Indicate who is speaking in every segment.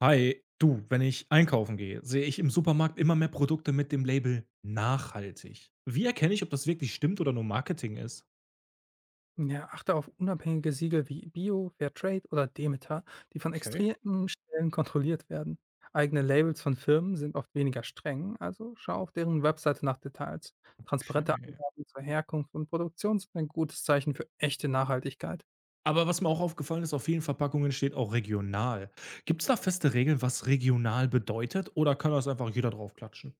Speaker 1: Hi, du, wenn ich einkaufen gehe, sehe ich im Supermarkt immer mehr Produkte mit dem Label nachhaltig. Wie erkenne ich, ob das wirklich stimmt oder nur Marketing ist?
Speaker 2: Ja, achte auf unabhängige Siegel wie Bio, Fairtrade oder Demeter, die von
Speaker 1: Okay,
Speaker 2: extremen Stellen kontrolliert werden. Eigene Labels von Firmen sind oft weniger streng, also schau auf deren Webseite nach Details. Transparente
Speaker 1: okay.
Speaker 2: Angaben zur Herkunft und Produktion sind ein gutes Zeichen für echte Nachhaltigkeit.
Speaker 1: Aber was mir auch aufgefallen ist, auf vielen Verpackungen steht auch regional. Gibt es da feste Regeln, was regional bedeutet oder kann das einfach jeder draufklatschen?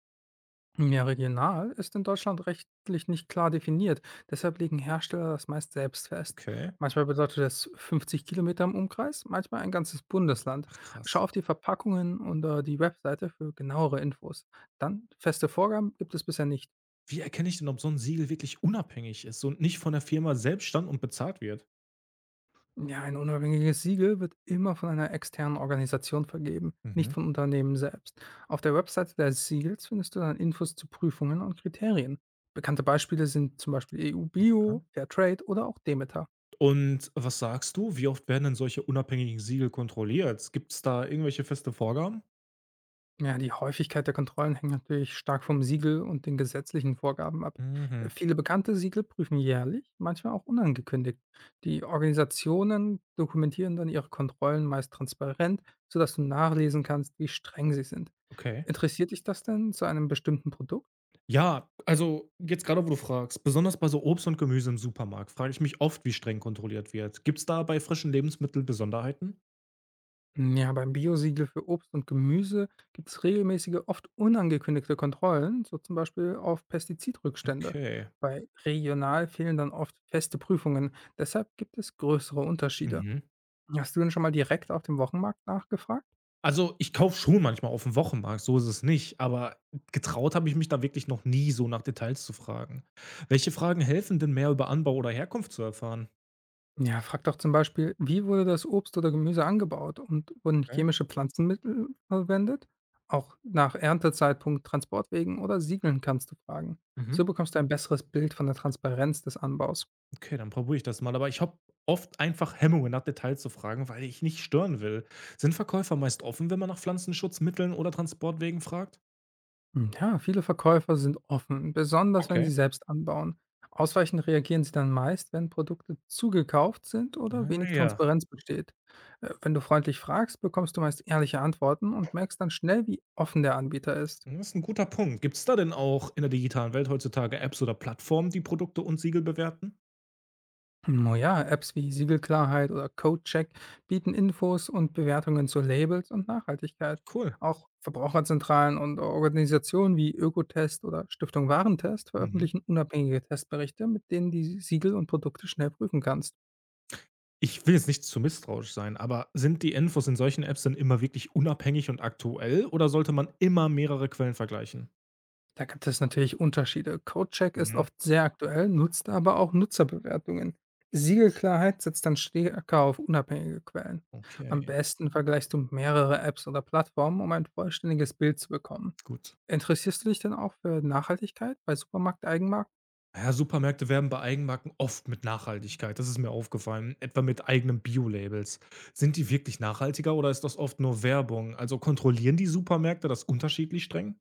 Speaker 2: Ja, regional ist in Deutschland rechtlich nicht klar definiert. Deshalb legen Hersteller das meist selbst fest.
Speaker 1: Okay.
Speaker 2: Manchmal bedeutet das 50 Kilometer im Umkreis, manchmal ein ganzes Bundesland.
Speaker 1: Ach
Speaker 2: Schau
Speaker 1: krass.
Speaker 2: auf die Verpackungen oder die Webseite für genauere Infos. Dann feste Vorgaben gibt es bisher nicht.
Speaker 1: Wie erkenne ich denn, ob so ein Siegel wirklich unabhängig ist und nicht von der Firma selbst stand und bezahlt wird?
Speaker 2: Ja, ein unabhängiges Siegel wird immer von einer externen Organisation vergeben, nicht
Speaker 1: Mhm.
Speaker 2: von Unternehmen selbst. Auf der Webseite des Siegels findest du dann Infos zu Prüfungen und Kriterien. Bekannte Beispiele sind zum Beispiel
Speaker 1: Ja.
Speaker 2: EU-Bio, Fairtrade oder auch Demeter.
Speaker 1: Und was sagst du? Wie oft werden denn solche unabhängigen Siegel kontrolliert? Gibt es da irgendwelche feste Vorgaben?
Speaker 2: Ja, die Häufigkeit der Kontrollen hängt natürlich stark vom Siegel und den gesetzlichen Vorgaben ab.
Speaker 1: Mhm,
Speaker 2: Viele bekannte Siegel prüfen jährlich, manchmal auch unangekündigt. Die Organisationen dokumentieren dann ihre Kontrollen meist transparent, sodass du nachlesen kannst, wie streng sie sind.
Speaker 1: okay.
Speaker 2: Interessiert dich das denn zu einem bestimmten Produkt?
Speaker 1: Ja, also jetzt gerade, wo du fragst. Besonders bei so Obst und Gemüse im Supermarkt frage ich mich oft, wie streng kontrolliert wird. Gibt es da bei frischen Lebensmitteln Besonderheiten?
Speaker 2: Ja, beim Biosiegel für Obst und Gemüse gibt es regelmäßige, oft unangekündigte Kontrollen, so zum Beispiel auf Pestizidrückstände.
Speaker 1: Okay.
Speaker 2: Bei regional fehlen dann oft feste Prüfungen, deshalb gibt es größere Unterschiede.
Speaker 1: Mhm.
Speaker 2: Hast du denn schon mal direkt auf dem Wochenmarkt nachgefragt?
Speaker 1: Also, ich kaufe schon manchmal auf dem Wochenmarkt, so ist es nicht, aber getraut habe ich mich da wirklich noch nie, so nach Details zu fragen. Welche Fragen helfen denn mehr über Anbau oder Herkunft zu erfahren?
Speaker 2: Ja, frag doch zum Beispiel, wie wurde das Obst oder Gemüse angebaut und wurden
Speaker 1: Okay.
Speaker 2: chemische Pflanzenmittel verwendet? Auch nach Erntezeitpunkt, Transportwegen oder Siegeln kannst du fragen. So
Speaker 1: Mhm.
Speaker 2: bekommst du ein besseres Bild von der Transparenz des Anbaus.
Speaker 1: Okay, dann probiere ich das mal. Aber ich habe oft einfach Hemmungen, nach Details zu fragen, weil ich nicht stören will. Sind Verkäufer meist offen, wenn man nach Pflanzenschutzmitteln oder Transportwegen fragt?
Speaker 2: Hm, ja, viele Verkäufer sind offen, besonders wenn
Speaker 1: Okay.
Speaker 2: sie selbst anbauen. Ausweichend reagieren sie dann meist, wenn Produkte zugekauft sind oder wenig
Speaker 1: Naja,
Speaker 2: Transparenz besteht. Wenn du freundlich fragst, bekommst du meist ehrliche Antworten und merkst dann schnell, wie offen der Anbieter ist.
Speaker 1: das ist ein guter Punkt. Gibt es da denn auch in der digitalen Welt heutzutage Apps oder Plattformen, die Produkte und Siegel bewerten?
Speaker 2: Naja, Apps wie Siegelklarheit oder CodeCheck bieten Infos und Bewertungen zu Labels und Nachhaltigkeit.
Speaker 1: Cool.
Speaker 2: Auch Verbraucherzentralen und Organisationen wie Ökotest oder Stiftung Warentest
Speaker 1: Mhm.
Speaker 2: veröffentlichen unabhängige Testberichte, mit denen die Siegel und Produkte schnell prüfen kannst.
Speaker 1: Ich will jetzt nicht zu misstrauisch sein, aber sind die Infos in solchen Apps denn immer wirklich unabhängig und aktuell oder sollte man immer mehrere Quellen vergleichen?
Speaker 2: Da gibt es natürlich Unterschiede. CodeCheck ist
Speaker 1: Mhm.
Speaker 2: oft sehr aktuell, nutzt aber auch Nutzerbewertungen. Siegelklarheit setzt dann stärker auf unabhängige Quellen. Am
Speaker 1: Okay.
Speaker 2: besten vergleichst du mehrere Apps oder Plattformen, um ein vollständiges Bild zu bekommen.
Speaker 1: Gut.
Speaker 2: Interessierst du dich denn auch für Nachhaltigkeit bei Supermarkteigenmarken?
Speaker 1: Ja, Supermärkte werben bei Eigenmarken oft mit Nachhaltigkeit. Das ist mir aufgefallen. Etwa mit eigenen Bio-Labels. Sind die wirklich nachhaltiger oder ist das oft nur Werbung? Also kontrollieren die Supermärkte das unterschiedlich streng?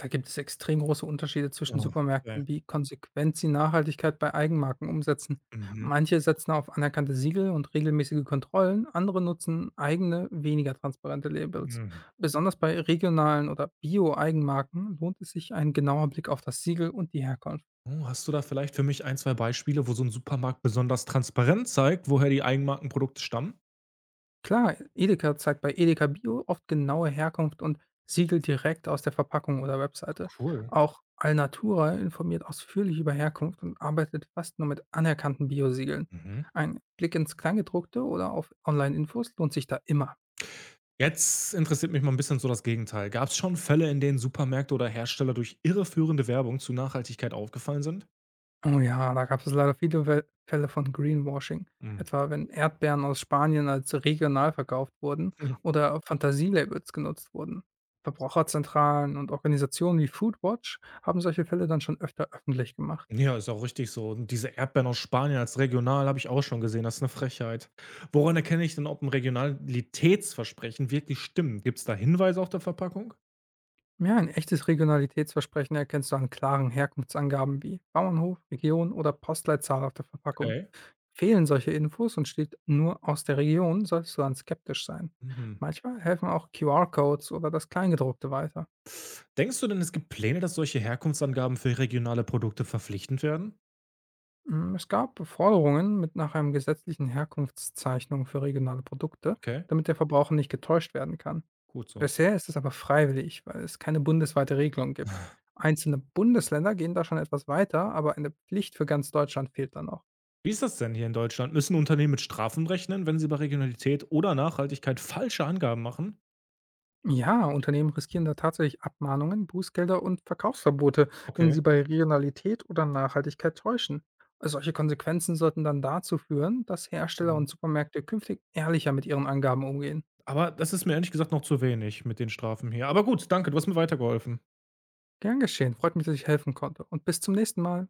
Speaker 2: Da gibt es extrem große Unterschiede zwischen
Speaker 1: Oh, okay.
Speaker 2: Supermärkten, wie konsequent sie Nachhaltigkeit bei Eigenmarken umsetzen.
Speaker 1: Mhm.
Speaker 2: Manche setzen auf anerkannte Siegel und regelmäßige Kontrollen, andere nutzen eigene, weniger transparente Labels.
Speaker 1: Mhm.
Speaker 2: Besonders bei regionalen oder Bio-Eigenmarken lohnt es sich ein genauer Blick auf das Siegel und die Herkunft.
Speaker 1: Oh, hast du da vielleicht für mich ein, zwei Beispiele, wo so ein Supermarkt besonders transparent zeigt, woher die Eigenmarkenprodukte stammen?
Speaker 2: Klar, Edeka zeigt bei Edeka Bio oft genaue Herkunft und Siegel direkt aus der Verpackung oder Webseite.
Speaker 1: Cool.
Speaker 2: Auch Alnatura informiert ausführlich über Herkunft und arbeitet fast nur mit anerkannten Biosiegeln.
Speaker 1: Mhm.
Speaker 2: Ein Blick ins Kleingedruckte oder auf Online-Infos lohnt sich da immer.
Speaker 1: Jetzt interessiert mich mal ein bisschen so das Gegenteil. Gab es schon Fälle, in denen Supermärkte oder Hersteller durch irreführende Werbung zu Nachhaltigkeit aufgefallen sind?
Speaker 2: Oh ja, da gab es leider viele Wel Fälle von Greenwashing,
Speaker 1: Mhm.
Speaker 2: etwa wenn Erdbeeren aus Spanien als regional verkauft wurden oder Fantasielabels genutzt wurden. Verbraucherzentralen und Organisationen wie Foodwatch haben solche Fälle dann schon öfter öffentlich gemacht.
Speaker 1: Ja, ist auch richtig so. Und diese Erdbeeren aus Spanien als regional habe ich auch schon gesehen. Das ist eine Frechheit. Woran erkenne ich denn, ob ein Regionalitätsversprechen wirklich stimmt? Gibt es da Hinweise auf der Verpackung?
Speaker 2: Ja, ein echtes Regionalitätsversprechen erkennst du an klaren Herkunftsangaben wie Bauernhof, Region oder Postleitzahl auf der Verpackung.
Speaker 1: Okay.
Speaker 2: Fehlen solche Infos und steht nur aus der Region, sollst du dann skeptisch sein.
Speaker 1: Mhm.
Speaker 2: Manchmal helfen auch QR-Codes oder das Kleingedruckte weiter.
Speaker 1: Denkst du denn, es gibt Pläne, dass solche Herkunftsangaben für regionale Produkte verpflichtend werden?
Speaker 2: Hm, es gab Forderungen mit nach einem gesetzlichen Herkunftszeichnung für regionale Produkte,
Speaker 1: Okay,
Speaker 2: damit der Verbraucher nicht getäuscht werden kann.
Speaker 1: gut so.
Speaker 2: Bisher ist es aber freiwillig, weil es keine bundesweite Regelung gibt. Einzelne Bundesländer gehen da schon etwas weiter, aber eine Pflicht für ganz Deutschland fehlt da noch.
Speaker 1: Wie ist das denn hier in Deutschland? Müssen Unternehmen mit Strafen rechnen, wenn sie bei Regionalität oder Nachhaltigkeit falsche Angaben machen?
Speaker 2: Ja, Unternehmen riskieren da tatsächlich Abmahnungen, Bußgelder und Verkaufsverbote, wenn
Speaker 1: Okay.
Speaker 2: sie bei Regionalität oder Nachhaltigkeit täuschen. Solche Konsequenzen sollten dann dazu führen, dass Hersteller und
Speaker 1: Mhm.
Speaker 2: Supermärkte künftig ehrlicher mit ihren Angaben umgehen.
Speaker 1: Aber das ist mir ehrlich gesagt noch zu wenig mit den Strafen hier. Aber gut, danke, du hast mir weitergeholfen.
Speaker 2: Gern geschehen. Freut mich, dass ich helfen konnte und bis zum nächsten Mal.